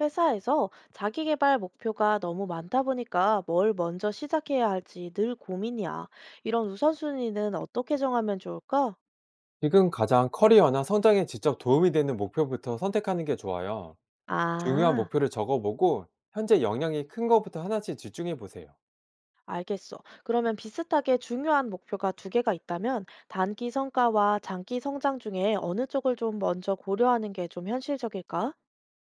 회사에서 자기 개발 목표가 너무 많다 보니까 뭘 먼저 시작해야 할지 늘 고민이야. 이런 우선순위는 어떻게 정하면 좋을까? 지금 가장 커리어나 성장에 직접 도움이 되는 목표부터 선택하는 게 좋아요. 중요한 아, 목표를 적어보고 현재 영향이 큰 것부터 하나씩 집중해 보세요. 알겠어. 그러면 비슷하게 중요한 목표가 두 개가 있다면 단기 성과와 장기 성장 중에 어느 쪽을 좀 먼저 고려하는 게 좀 현실적일까?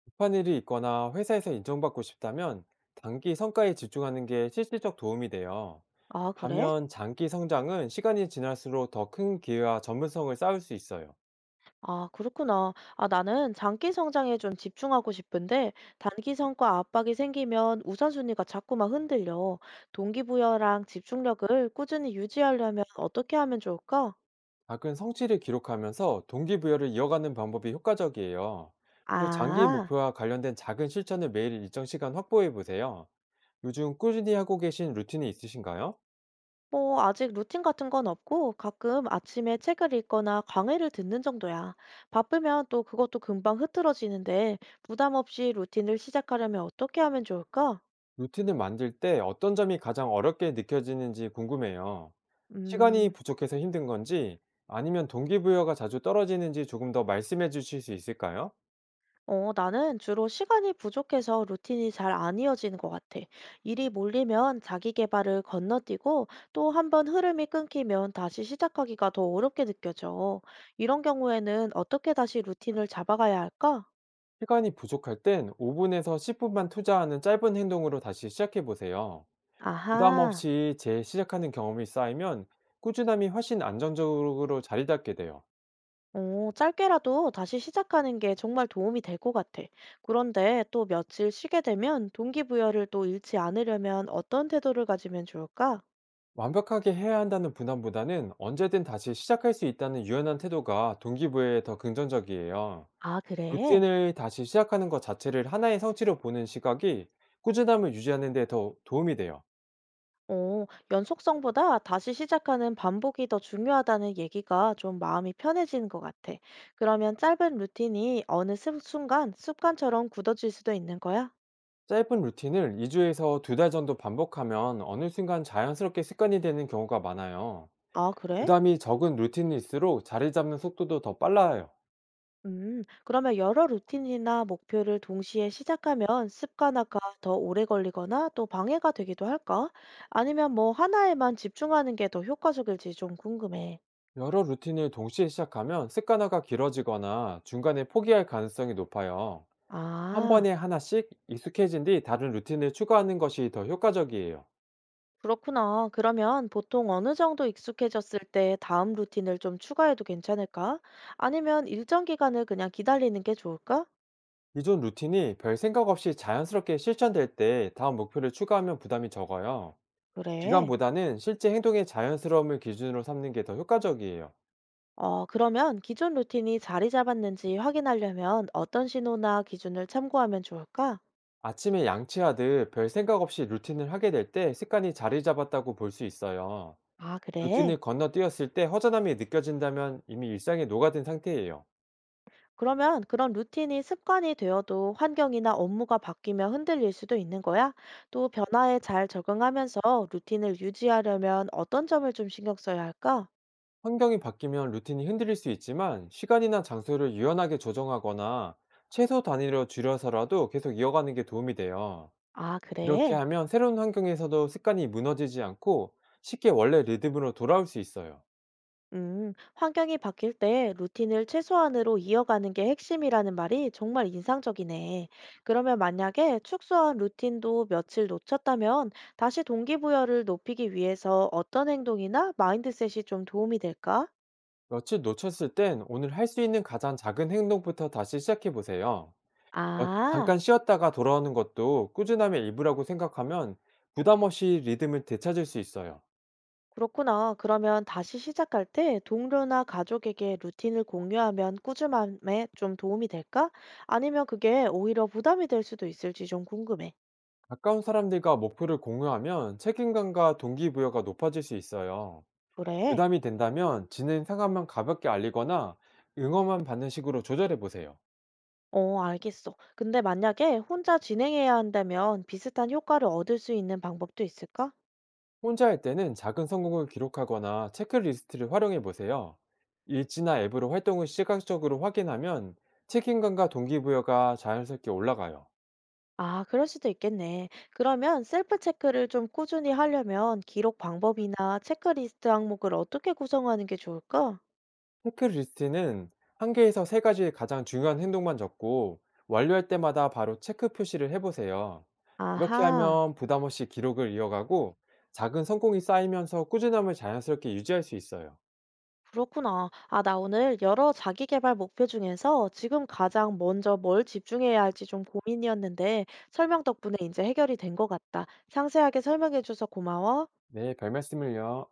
급한 일이 있거나 회사에서 인정받고 싶다면 단기 성과에 집중하는 게 실질적 도움이 돼요. 아, 그래? 반면 장기 성장은 시간이 지날수록 더 큰 기회와 전문성을 쌓을 수 있어요. 아, 그렇구나. 아, 나는 장기 성장에 좀 집중하고 싶은데 단기 성과 압박이 생기면 우선순위가 자꾸만 흔들려. 동기부여랑 집중력을 꾸준히 유지하려면 어떻게 하면 좋을까? 작은 성취를 기록하면서 동기부여를 이어가는 방법이 효과적이에요. 또 장기 아, 목표와 관련된 작은 실천을 매일 일정 시간 확보해 보세요. 요즘 꾸준히 하고 계신 루틴이 있으신가요? 뭐 아직 루틴 같은 건 없고 가끔 아침에 책을 읽거나 강의를 듣는 정도야. 바쁘면 또 그것도 금방 흐트러지는데 부담 없이 루틴을 시작하려면 어떻게 하면 좋을까? 루틴을 만들 때 어떤 점이 가장 어렵게 느껴지는지 궁금해요. 시간이 음. 부족해서 힘든 건지, 아니면 동기부여가 자주 떨어지는지 조금 더 말씀해 주실 수 있을까요? 어, 나는 주로 시간이 부족해서 루틴이 잘 안 이어지는 것 같아. 일이 몰리면 자기 개발을 건너뛰고 또 한 번 흐름이 끊기면 다시 시작하기가 더 어렵게 느껴져. 이런 경우에는 어떻게 다시 루틴을 잡아가야 할까? 시간이 부족할 땐 5분에서 10분만 투자하는 짧은 행동으로 다시 시작해 보세요. 부담 아하. 없이 재시작하는 경험이 쌓이면 꾸준함이 훨씬 안정적으로 자리 잡게 돼요. 어, 짧게라도 다시 시작하는 게 정말 도움이 될 것 같아. 그런데 또 며칠 쉬게 되면 동기부여를 또 잃지 않으려면 어떤 태도를 가지면 좋을까? 완벽하게 해야 한다는 부담보다는 언제든 다시 시작할 수 있다는 유연한 태도가 동기부여에 더 긍정적이에요. 아, 그래? 루틴을 다시 시작하는 것 자체를 하나의 성취로 보는 시각이 꾸준함을 유지하는 데 더 도움이 돼요. 어, 연속성보다 다시 시작하는 반복이 더 중요하다는 얘기가 좀 마음이 편해지는 것 같아. 그러면 짧은 루틴이 어느 순간 습관처럼 굳어질 수도 있는 거야? 짧은 루틴을 2주에서 2달 정도 반복하면 어느 순간 자연스럽게 습관이 되는 경우가 많아요. 아, 그래? 부담이 적은 루틴일수록 자리 잡는 속도도 더 빨라요. 그러면 여러 루틴이나 목표를 동시에 시작하면 습관화가 더 오래 걸리거나 또 방해가 되기도 할까? 아니면 뭐 하나에만 집중하는 게 더 효과적일지 좀 궁금해. 여러 루틴을 동시에 시작하면 습관화가 길어지거나 중간에 포기할 가능성이 높아요. 한 아. 번에 하나씩 익숙해진 뒤 다른 루틴을 추가하는 것이 더 효과적이에요. 그렇구나. 그러면 보통 어느 정도 익숙해졌을 때 다음 루틴을 좀 추가해도 괜찮을까? 아니면 일정 기간을 그냥 기다리는 게 좋을까? 기존 루틴이 별 생각 없이 자연스럽게 실천될 때 다음 목표를 추가하면 부담이 적어요. 그래. 기간보다는 실제 행동의 자연스러움을 기준으로 삼는 게 더 효과적이에요. 어, 그러면 기존 루틴이 자리 잡았는지 확인하려면 어떤 신호나 기준을 참고하면 좋을까? 아침에 양치하듯 별 생각 없이 루틴을 하게 될 때 습관이 자리 잡았다고 볼 수 있어요. 아, 그래. 루틴을 건너뛰었을 때 허전함이 느껴진다면 이미 일상에 녹아든 상태예요. 그러면 그런 루틴이 습관이 되어도 환경이나 업무가 바뀌면 흔들릴 수도 있는 거야? 또 변화에 잘 적응하면서 루틴을 유지하려면 어떤 점을 좀 신경 써야 할까? 환경이 바뀌면 루틴이 흔들릴 수 있지만, 시간이나 장소를 유연하게 조정하거나 최소 단위로 줄여서라도 계속 이어가는 게 도움이 돼요. 아, 이렇게 그래. 하면 새로운 환경에서도 습관이 무너지지 않고 쉽게 원래 리듬으로 돌아올 수 있어요. 환경이 바뀔 때 루틴을 최소한으로 이어가는 게 핵심이라는 말이 정말 인상적이네. 그러면 만약에 축소한 루틴도 며칠 놓쳤다면 다시 동기부여를 높이기 위해서 어떤 행동이나 마인드셋이 좀 도움이 될까? 며칠 놓쳤을 땐 오늘 할 수 있는 가장 작은 행동부터 다시 시작해 보세요. 어, 아, 잠깐 쉬었다가 돌아오는 것도 꾸준함의 일부라고 생각하면 부담 없이 리듬을 되찾을 수 있어요. 그렇구나. 그러면 다시 시작할 때 동료나 가족에게 루틴을 공유하면 꾸준함에 좀 도움이 될까? 아니면 그게 오히려 부담이 될 수도 있을지 좀 궁금해. 가까운 사람들과 목표를 공유하면 책임감과 동기부여가 높아질 수 있어요. 그래. 부담이 된다면 진행 상황만 가볍게 알리거나 응원만 받는 식으로 조절해 보세요. 어, 알겠어. 근데 만약에 혼자 진행해야 한다면 비슷한 효과를 얻을 수 있는 방법도 있을까? 혼자 할 때는 작은 성공을 기록하거나 체크리스트를 활용해 보세요. 일지나 앱으로 활동을 시각적으로 확인하면 책임감과 동기부여가 자연스럽게 올라가요. 아, 그럴 수도 있겠네. 그러면 셀프 체크를 좀 꾸준히 하려면 기록 방법이나 체크리스트 항목을 어떻게 구성하는 게 좋을까? 체크리스트는 한 개에서 세 가지의 가장 중요한 행동만 적고 완료할 때마다 바로 체크 표시를 해보세요. 이렇게 아하, 하면 부담 없이 기록을 이어가고 작은 성공이 쌓이면서 꾸준함을 자연스럽게 유지할 수 있어요. 그렇구나. 아, 나 오늘 여러 자기 개발 목표 중에서 지금 가장 먼저 뭘 집중해야 할지 좀 고민이었는데 설명 덕분에 이제 해결이 된 것 같다. 상세하게 설명해줘서 고마워. 네, 별 말씀을요.